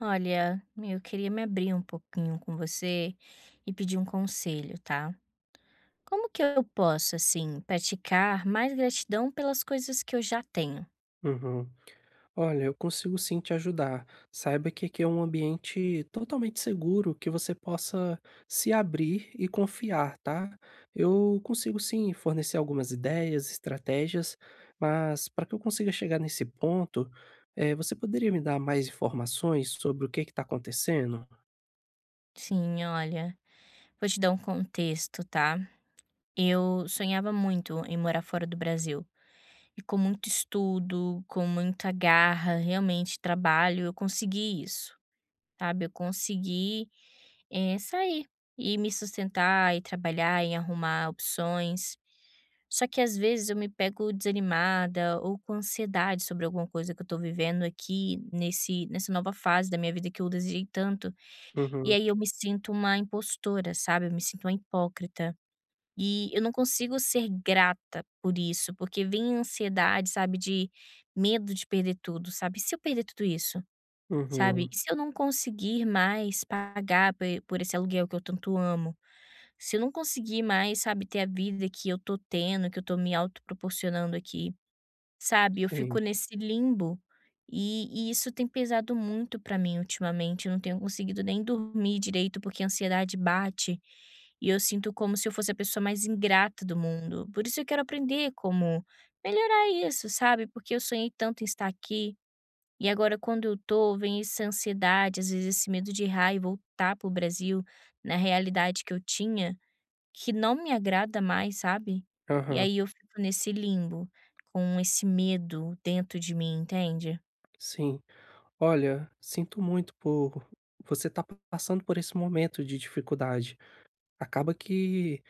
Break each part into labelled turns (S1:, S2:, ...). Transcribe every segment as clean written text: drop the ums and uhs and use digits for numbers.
S1: Olha, eu queria me abrir um pouquinho com você e pedir um conselho, tá? Como que eu posso, assim, praticar mais gratidão pelas coisas que eu já tenho?
S2: Uhum. Olha, eu consigo sim te ajudar. Saiba que aqui é um ambiente totalmente seguro que você possa se abrir e confiar, tá? Eu consigo sim fornecer algumas ideias, estratégias, mas para que eu consiga chegar nesse ponto, você poderia me dar mais informações sobre o que está acontecendo?
S1: Sim, olha, vou te dar um contexto, tá? Eu sonhava muito em morar fora do Brasil. E com muito estudo, com muita garra, realmente trabalho, eu consegui isso. Sabe, eu consegui, sair e me sustentar e trabalhar em arrumar opções. Só que às vezes eu me pego desanimada ou com ansiedade sobre alguma coisa que eu tô vivendo aqui nesse nessa nova fase da minha vida que eu desejei tanto, e
S2: Uhum,
S1: aí eu me sinto uma impostora, sabe, eu me sinto uma hipócrita. E eu não consigo ser grata por isso, porque vem a ansiedade, sabe, de medo de perder tudo, sabe, e se eu perder tudo isso? Sabe,
S2: uhum,
S1: e se eu não conseguir mais pagar pe por esse aluguel que eu tanto amo? Se eu não conseguir mais, sabe, ter a vida que eu tô tendo, que eu tô me autoproporcionando aqui, sabe, eu fico
S2: sim,
S1: nesse limbo, e isso tem pesado muito pra mim ultimamente. Eu não tenho conseguido nem dormir direito, porque a ansiedade bate, e eu sinto como se eu fosse a pessoa mais ingrata do mundo. Por isso eu quero aprender como melhorar isso, sabe, porque eu sonhei tanto em estar aqui, e agora quando eu tô, vem essa ansiedade, às vezes esse medo de errar e voltar pro Brasil, na realidade que eu tinha, que não me agrada mais, sabe. E
S2: aham,
S1: aí eu fico nesse limbo, com esse medo dentro de mim, entende?
S2: sim. Olha, sinto muito por você estar passando por esse momento de dificuldade. Acaba que,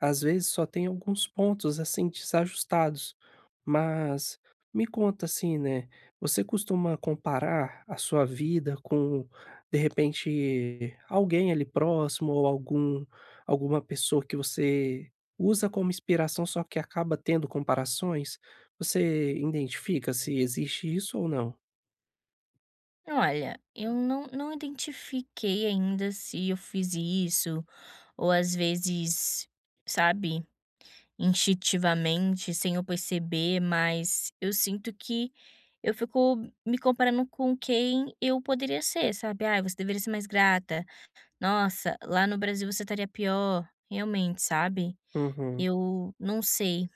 S2: às vezes, só tem alguns pontos, assim, desajustados. Mas me conta assim, né, você costuma comparar a sua vida com, de repente, alguém ali próximo ou alguma pessoa que você usa como inspiração, só que acaba tendo comparações? Você identifica se existe isso ou não?
S1: Olha, eu não identifiquei ainda se eu fiz isso, ou às vezes, sabe, instintivamente, sem eu perceber, mas eu sinto que eu fico me comparando com quem eu poderia ser, sabe? Ah, você deveria ser mais grata. Nossa, lá no Brasil você estaria pior. Realmente, sabe?
S2: Uhum.
S1: Eu não sei.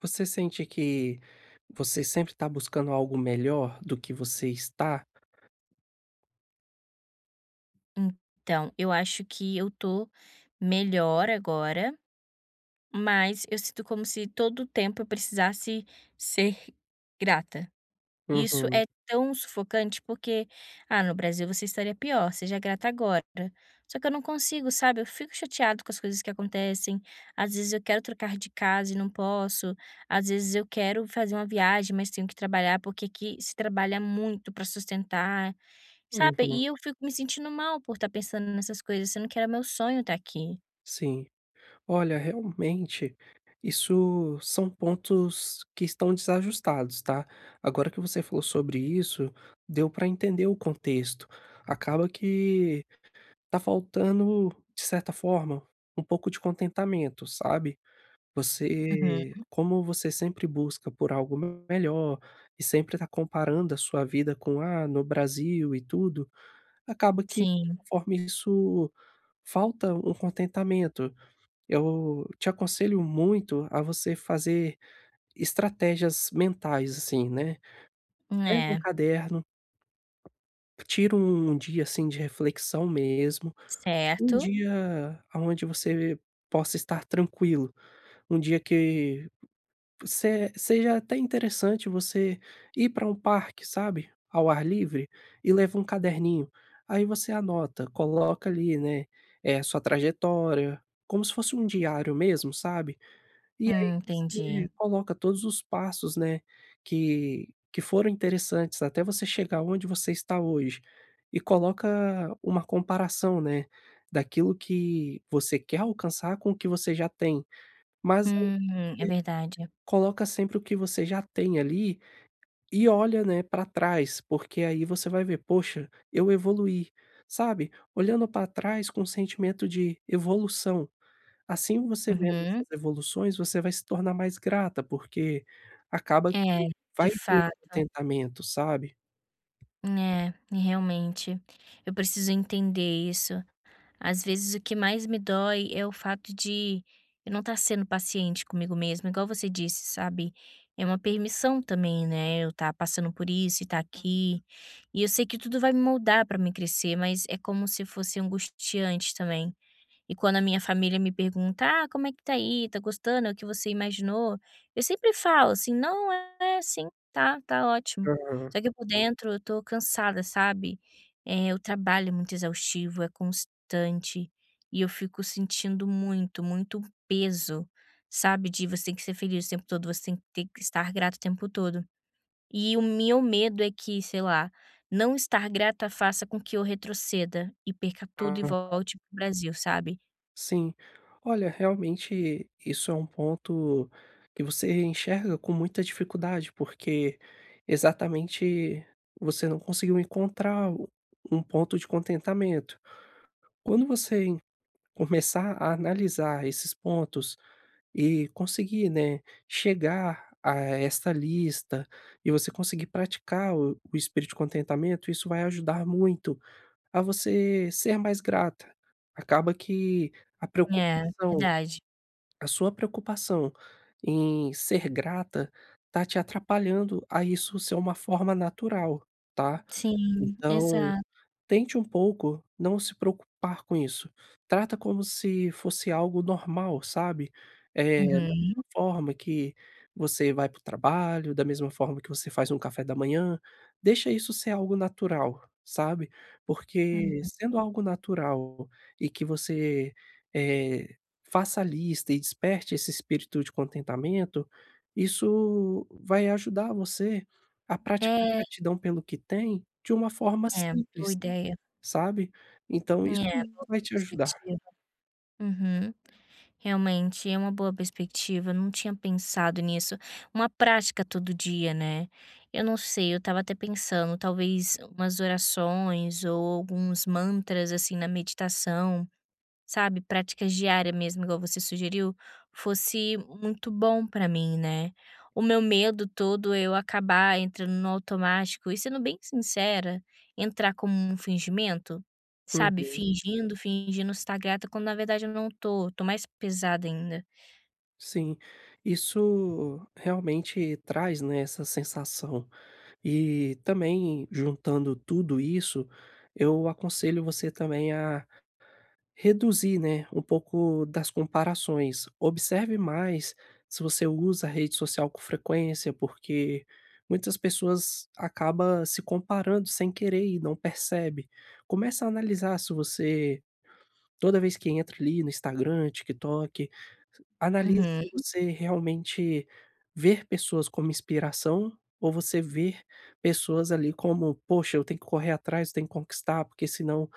S2: Você sente que você sempre está buscando algo melhor do que você está?
S1: Então, eu acho que eu tô melhor agora, mas eu sinto como se todo o tempo eu precisasse ser grata. Isso
S2: Uhum,
S1: é tão sufocante, porque, ah, no Brasil você estaria pior, seja grata agora. Só que eu não consigo, sabe, eu fico chateado com as coisas que acontecem, às vezes eu quero trocar de casa e não posso, às vezes eu quero fazer uma viagem, mas tenho que trabalhar, porque aqui se trabalha muito para sustentar, sabe,
S2: uhum,
S1: e eu fico me sentindo mal por estar pensando nessas coisas, sendo que era meu sonho estar aqui.
S2: sim. Olha, realmente, isso são pontos que estão desajustados, tá. Agora que você falou sobre isso, deu para entender o contexto. Acaba que tá faltando, de certa forma, um pouco de contentamento, sabe.
S1: Uhum.
S2: Você, como você sempre busca por algo melhor e sempre está comparando a sua vida com, ah, no Brasil e tudo, acaba que,
S1: Sim,
S2: conforme isso, falta um contentamento. Eu te aconselho muito a você fazer estratégias mentais, assim, né. Pega um
S1: é,
S2: caderno, tira um dia, assim, de reflexão mesmo, um
S1: certo.
S2: dia onde você possa estar tranquilo, um dia que Se seja até interessante você ir para um parque, sabe, ao ar livre, e leva um caderninho. Aí você anota, coloca ali, né, é sua trajetória, como se fosse um diário mesmo, sabe. E aí
S1: Entendi.
S2: você coloca todos os passos, né, que foram interessantes até você chegar onde você está hoje. E coloca uma comparação, né, daquilo que você quer alcançar com o que você já tem. Mas
S1: Uhum, é verdade.
S2: coloca sempre o que você já tem ali e olha, né, para trás, porque aí você vai ver: "Poxa, eu evoluí", sabe? Olhando para trás com um sentimento de evolução. Assim, você vendo
S1: Uhum.
S2: essas evoluções, você vai se tornar mais grata, porque acaba que
S1: É, de
S2: vai vir o
S1: fato.
S2: contentamento, sabe?
S1: É, realmente. Eu preciso entender isso. Às vezes o que mais me dói é o fato de eu não estar sendo paciente comigo mesma, igual você disse, sabe? É uma permissão também, né? Eu estar passando por isso e estar aqui. E eu sei que tudo vai me moldar para me crescer, mas é como se fosse angustiante também. E quando a minha família me pergunta: "Ah, como é que tá aí? Tá gostando? É o que você imaginou?", eu sempre falo assim: "Não, é assim, tá ótimo".
S2: Aham.
S1: Só que por dentro eu tô cansada, sabe. O trabalho é muito exaustivo, é constante, e eu fico sentindo muito, muito peso, sabe, de você tem que ser feliz o tempo todo, você tem que ter que estar grata o tempo todo. E o meu medo é que, sei lá, não estar grata faça com que eu retroceda e perca tudo e
S2: Ah,
S1: volte para o Brasil, sabe.
S2: sim. Olha, realmente isso é um ponto que você enxerga com muita dificuldade, porque exatamente você não conseguiu encontrar o- um ponto de contentamento. Quando você começar a analisar esses pontos e conseguir, né, chegar a esta lista e você conseguir praticar o espírito de contentamento, isso vai ajudar muito a você ser mais grata. Acaba que a
S1: É,
S2: preocupação,
S1: verdade.
S2: a sua preocupação em ser grata tá te atrapalhando a isso ser uma forma natural, tá?
S1: Sim,
S2: Então
S1: exato.
S2: tente um pouco não se preocupar com isso. Trata como se fosse algo normal, sabe. Da
S1: Uhum,
S2: mesma forma que você vai para o trabalho, da mesma forma que você faz um café da manhã, deixa isso ser algo natural, sabe.
S1: uhum.
S2: Porque, sendo algo natural e que você, eh, faça a lista e desperte esse espírito de contentamento, isso vai ajudar você a praticar
S1: É,
S2: gratidão pelo que tem de uma forma
S1: é, boa
S2: simples.
S1: ideia.
S2: Sabe? Então isso
S1: É,
S2: vai te ajudar.
S1: perspectiva. Uhum. Realmente é uma boa perspectiva, eu não tinha pensado nisso. Uma prática todo dia, né. Eu não sei, eu estava até pensando, talvez umas orações ou alguns mantras, assim, na meditação. Sabe, práticas diárias mesmo, igual você sugeriu, fosse muito bom pra mim, né. O meu medo todo é eu acabar entrando no automático e, sendo bem sincera, entrar como um fingimento, sabe,
S2: Uhum,
S1: fingindo, fingindo estar grata quando na verdade eu não tô, mais pesada ainda.
S2: sim. Isso realmente traz, né, essa sensação. E também, juntando tudo isso, eu aconselho você também a reduzir, né, um pouco das comparações. Observe mais se você usa a rede social com frequência, porque muitas pessoas acaba se comparando sem querer e não percebe. Começa a analisar se você, toda vez que entra ali no Instagram, TikTok, analise se
S1: Uhum.
S2: você realmente ver pessoas como inspiração ou você ver pessoas ali como: "Poxa, eu tenho que correr atrás, eu tenho que conquistar, porque senão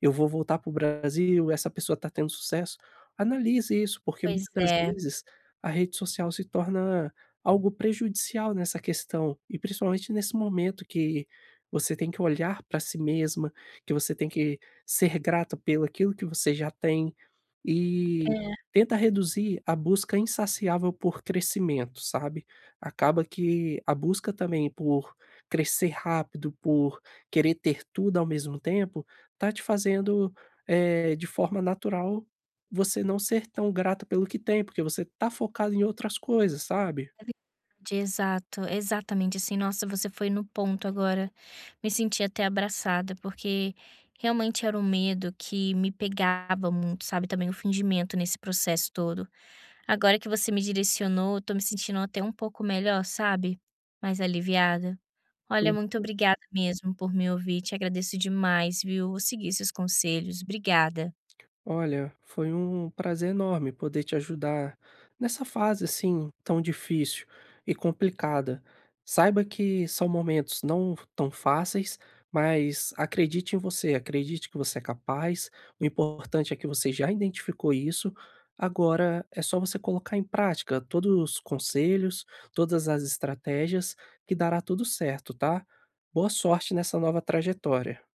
S2: eu vou voltar para o Brasil, essa pessoa está tendo sucesso". Analise isso, porque
S1: Pois
S2: muitas das
S1: é.
S2: vezes a rede social se torna algo prejudicial nessa questão, e principalmente nesse momento que você tem que olhar para si mesma, que você tem que ser grata pelo aquilo que você já tem, e
S1: É.
S2: tenta reduzir a busca insaciável por crescimento, sabe. Acaba que a busca também por crescer rápido, por querer ter tudo ao mesmo tempo, tá te fazendo, de forma natural, você não ser tão grata pelo que tem, porque você tá focado em outras coisas, sabe?
S1: É verdade, exato, exatamente assim. Nossa, você foi no ponto agora. Me senti até abraçada, porque realmente era um medo que me pegava muito, sabe? Também o fingimento nesse processo todo. Agora que você me direcionou, eu tô me sentindo até um pouco melhor, sabe? Mais aliviada. Olha, muito obrigada mesmo por me ouvir. Te agradeço demais, viu? Vou seguir seus conselhos. Obrigada.
S2: Olha, foi um prazer enorme poder te ajudar nessa fase assim tão difícil e complicada. Saiba que são momentos não tão fáceis, mas acredite em você, acredite que você é capaz. O importante é que você já identificou isso. Agora é só você colocar em prática todos os conselhos, todas as estratégias, que dará tudo certo, tá? Boa sorte nessa nova trajetória.